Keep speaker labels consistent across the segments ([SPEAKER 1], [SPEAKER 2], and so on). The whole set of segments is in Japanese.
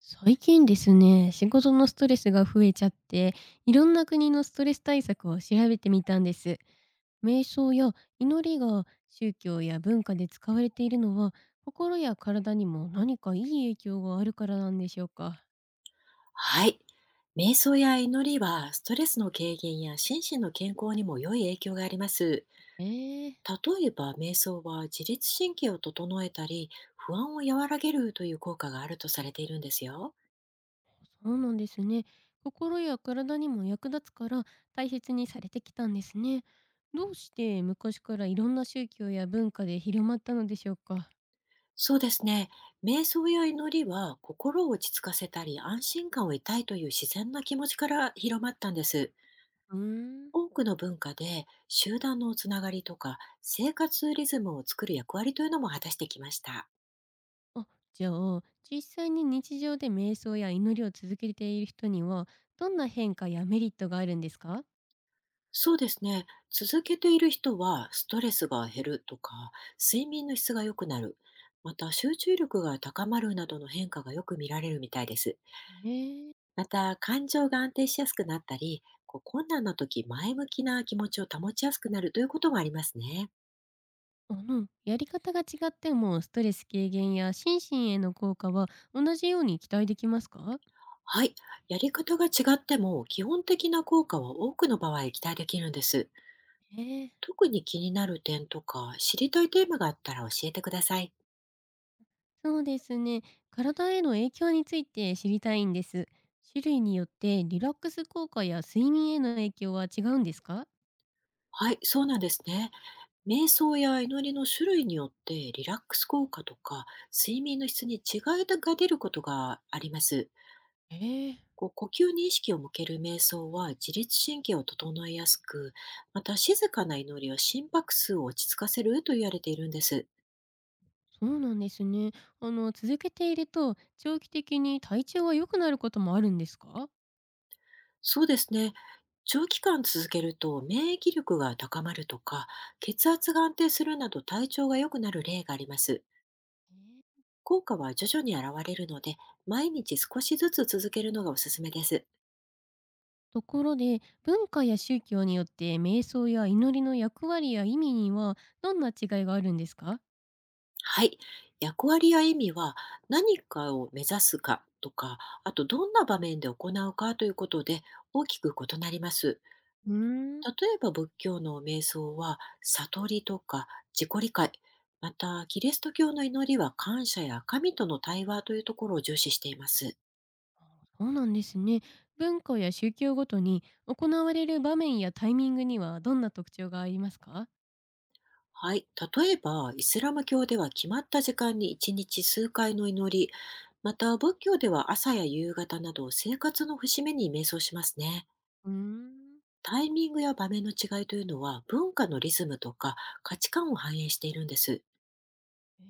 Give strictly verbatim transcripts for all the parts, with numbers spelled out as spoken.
[SPEAKER 1] 最近ですね、仕事のストレスが増えちゃって、いろんな国のストレス対策を調べてみたんです。瞑想や祈りが宗教や文化で使われているのは、心や体にも何かいい影響があるからなんでしょうか。
[SPEAKER 2] はい。瞑想や祈りは、ストレスの軽減や心身の健康にも良い影響があります。
[SPEAKER 1] えー、
[SPEAKER 2] 例えば、瞑想は自律神経を整えたり、不安を和らげるという効果があるとされているんですよ。
[SPEAKER 1] そうなんですね。心や体にも役立つから大切にされてきたんですね。どうして昔からいろんな宗教や文化で広まったのでしょうか。
[SPEAKER 2] そうですね。瞑想や祈りは、心を落ち着かせたり、安心感を得たいという自然な気持ちから広まったんです。
[SPEAKER 1] うーん。
[SPEAKER 2] 多くの文化で、集団のつながりとか、生活リズムを作る役割というのも果たしてきました。
[SPEAKER 1] あ、じゃあ、実際に日常で瞑想や祈りを続けている人には、どんな変化やメリットがあるんですか？
[SPEAKER 2] そうですね。続けている人は、ストレスが減るとか、睡眠の質が良くなる、また集中力が高まるなどの変化がよく見られるみたいです。
[SPEAKER 1] へえ。
[SPEAKER 2] また、感情が安定しやすくなったり、こう困難な時、前向きな気持ちを保ちやすくなるということもありますね。
[SPEAKER 1] あの、やり方が違っても、ストレス軽減や心身への効果は同じように期待できますか？
[SPEAKER 2] はい。やり方が違っても、基本的な効果は多くの場合期待できるんです。
[SPEAKER 1] へえ。
[SPEAKER 2] 特に気になる点とか、知りたいテーマがあったら教えてください。
[SPEAKER 1] そうですね。体への影響について知りたいんです。種類によってリラックス効果や睡眠への影響は違うんですか？
[SPEAKER 2] はい、そうなんですね。瞑想や祈りの種類によって、リラックス効果とか睡眠の質に違いが出ることがあります。
[SPEAKER 1] ええ。
[SPEAKER 2] こう呼吸に意識を向ける瞑想は自律神経を整えやすく、また静かな祈りは心拍数を落ち着かせると言われているんです。
[SPEAKER 1] そうなんですね。あの、続けていると長期的に体調が良くなることもあるんですか？
[SPEAKER 2] そうですね。長期間続けると免疫力が高まるとか、血圧が安定するなど、体調が良くなる例があります。
[SPEAKER 1] えー。
[SPEAKER 2] 効果は徐々に現れるので、毎日少しずつ続けるのがおすすめです。
[SPEAKER 1] ところで、文化や宗教によって瞑想や祈りの役割や意味にはどんな違いがあるんですか？
[SPEAKER 2] はい。役割や意味は、何かを目指すかとか、あとどんな場面で行うかということで大きく異なります。
[SPEAKER 1] うーん。
[SPEAKER 2] 例えば仏教の瞑想は悟りとか自己理解、またキリスト教の祈りは感謝や神との対話というところを重視しています。
[SPEAKER 1] そうなんですね。文化や宗教ごとに行われる場面やタイミングにはどんな特徴がありますか？
[SPEAKER 2] はい。例えばイスラム教では決まった時間に一日数回の祈り、また仏教では朝や夕方など生活の節目に瞑想しますね。
[SPEAKER 1] うーん。
[SPEAKER 2] タイミングや場面の違いというのは、文化のリズムとか価値観を反映しているんです。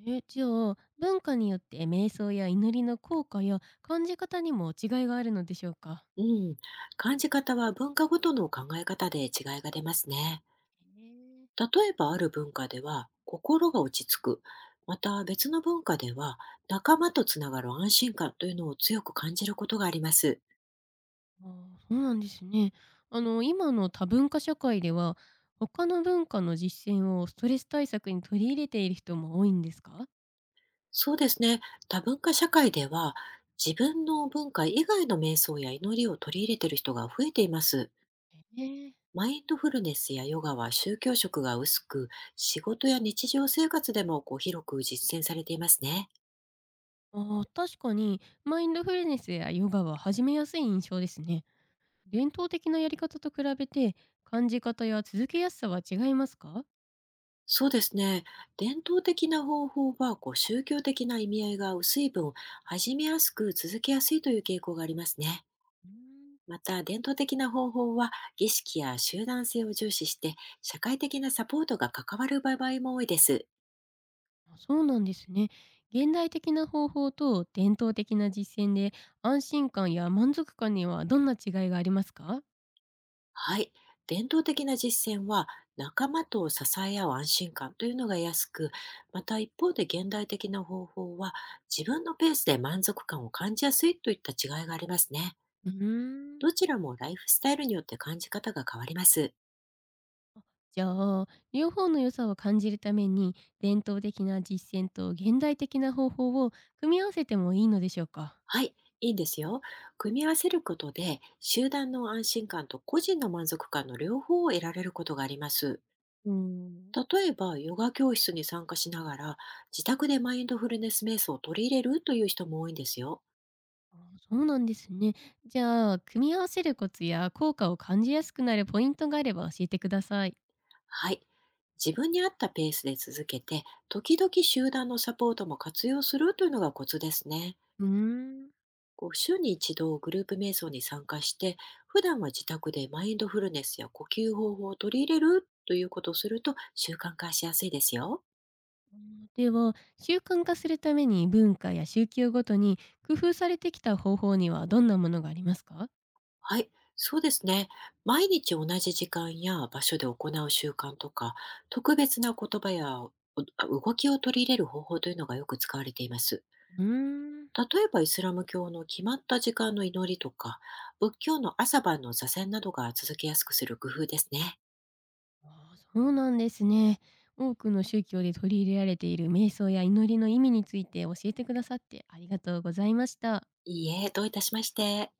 [SPEAKER 1] えー、じゃあ文化によって瞑想や祈りの効果や感じ方にも違いがあるのでしょうか？
[SPEAKER 2] うん、感じ方は文化ごとの考え方で違いが出ますね。
[SPEAKER 1] へえ。
[SPEAKER 2] 例えばある文化では心が落ち着く、また別の文化では仲間とつながる安心感というのを強く感じることがあります。
[SPEAKER 1] ああ、そうなんですね。あの、今の多文化社会では、他の文化の実践をストレス対策に取り入れている人も多いんですか？
[SPEAKER 2] そうですね、多文化社会では自分の文化以外の瞑想や祈りを取り入れている人が増えています。
[SPEAKER 1] ええ。
[SPEAKER 2] マインドフルネスやヨガは宗教色が薄く、仕事や日常生活でもこう広く実践されていますね。
[SPEAKER 1] ああ、確かにマインドフルネスやヨガは始めやすい印象ですね。伝統的なやり方と比べて、感じ方や続けやすさは違いますか？
[SPEAKER 2] そうですね。伝統的な方法はこう宗教的な意味合いが薄い分、始めやすく続けやすいという傾向がありますね。
[SPEAKER 1] うーん。
[SPEAKER 2] また、伝統的な方法は儀式や集団性を重視して、社会的なサポートが関わる場合も多いです。
[SPEAKER 1] あ、そうなんですね。現代的な方法と伝統的な実践で、安心感や満足感にはどんな違いがありますか？
[SPEAKER 2] はい。伝統的な実践は仲間と支え合う安心感というのが安く、また一方で現代的な方法は自分のペースで満足感を感じやすいといった違いがありますね。
[SPEAKER 1] うーん。
[SPEAKER 2] どちらもライフスタイルによって感じ方が変わります。
[SPEAKER 1] じゃあ、両方の良さを感じるために、伝統的な実践と現代的な方法を組み合わせてもいいのでしょうか？
[SPEAKER 2] はい。いいんですよ。組み合わせることで、集団の安心感と個人の満足感の両方を得られることがあります。
[SPEAKER 1] うーん。
[SPEAKER 2] 例えば、ヨガ教室に参加しながら自宅でマインドフルネス瞑想を取り入れるという人も多いんですよ。
[SPEAKER 1] あ、そうなんですね。じゃあ、組み合わせるコツや効果を感じやすくなるポイントがあれば教えてください。
[SPEAKER 2] はい。自分に合ったペースで続けて、時々集団のサポートも活用するというのがコツですね。
[SPEAKER 1] うーん。
[SPEAKER 2] こう週に一度グループ瞑想に参加して、普段は自宅でマインドフルネスや呼吸方法を取り入れるということをすると、習慣化しやすいですよ。
[SPEAKER 1] うん、では、習慣化するために文化や宗教ごとに工夫されてきた方法にはどんなものがありますか？
[SPEAKER 2] はい。そうですね。毎日同じ時間や場所で行う習慣とか、特別な言葉やお動きを取り入れる方法というのがよく使われています。
[SPEAKER 1] うーん。
[SPEAKER 2] 例えばイスラム教の決まった時間の祈りとか、仏教の朝晩の座禅などが続けやすくする工夫ですね。
[SPEAKER 1] ああ、そうなんですね。多くの宗教で取り入れられている瞑想や祈りの意味について教えてくださってありがとうございました。
[SPEAKER 2] いいえ、どういたしまして。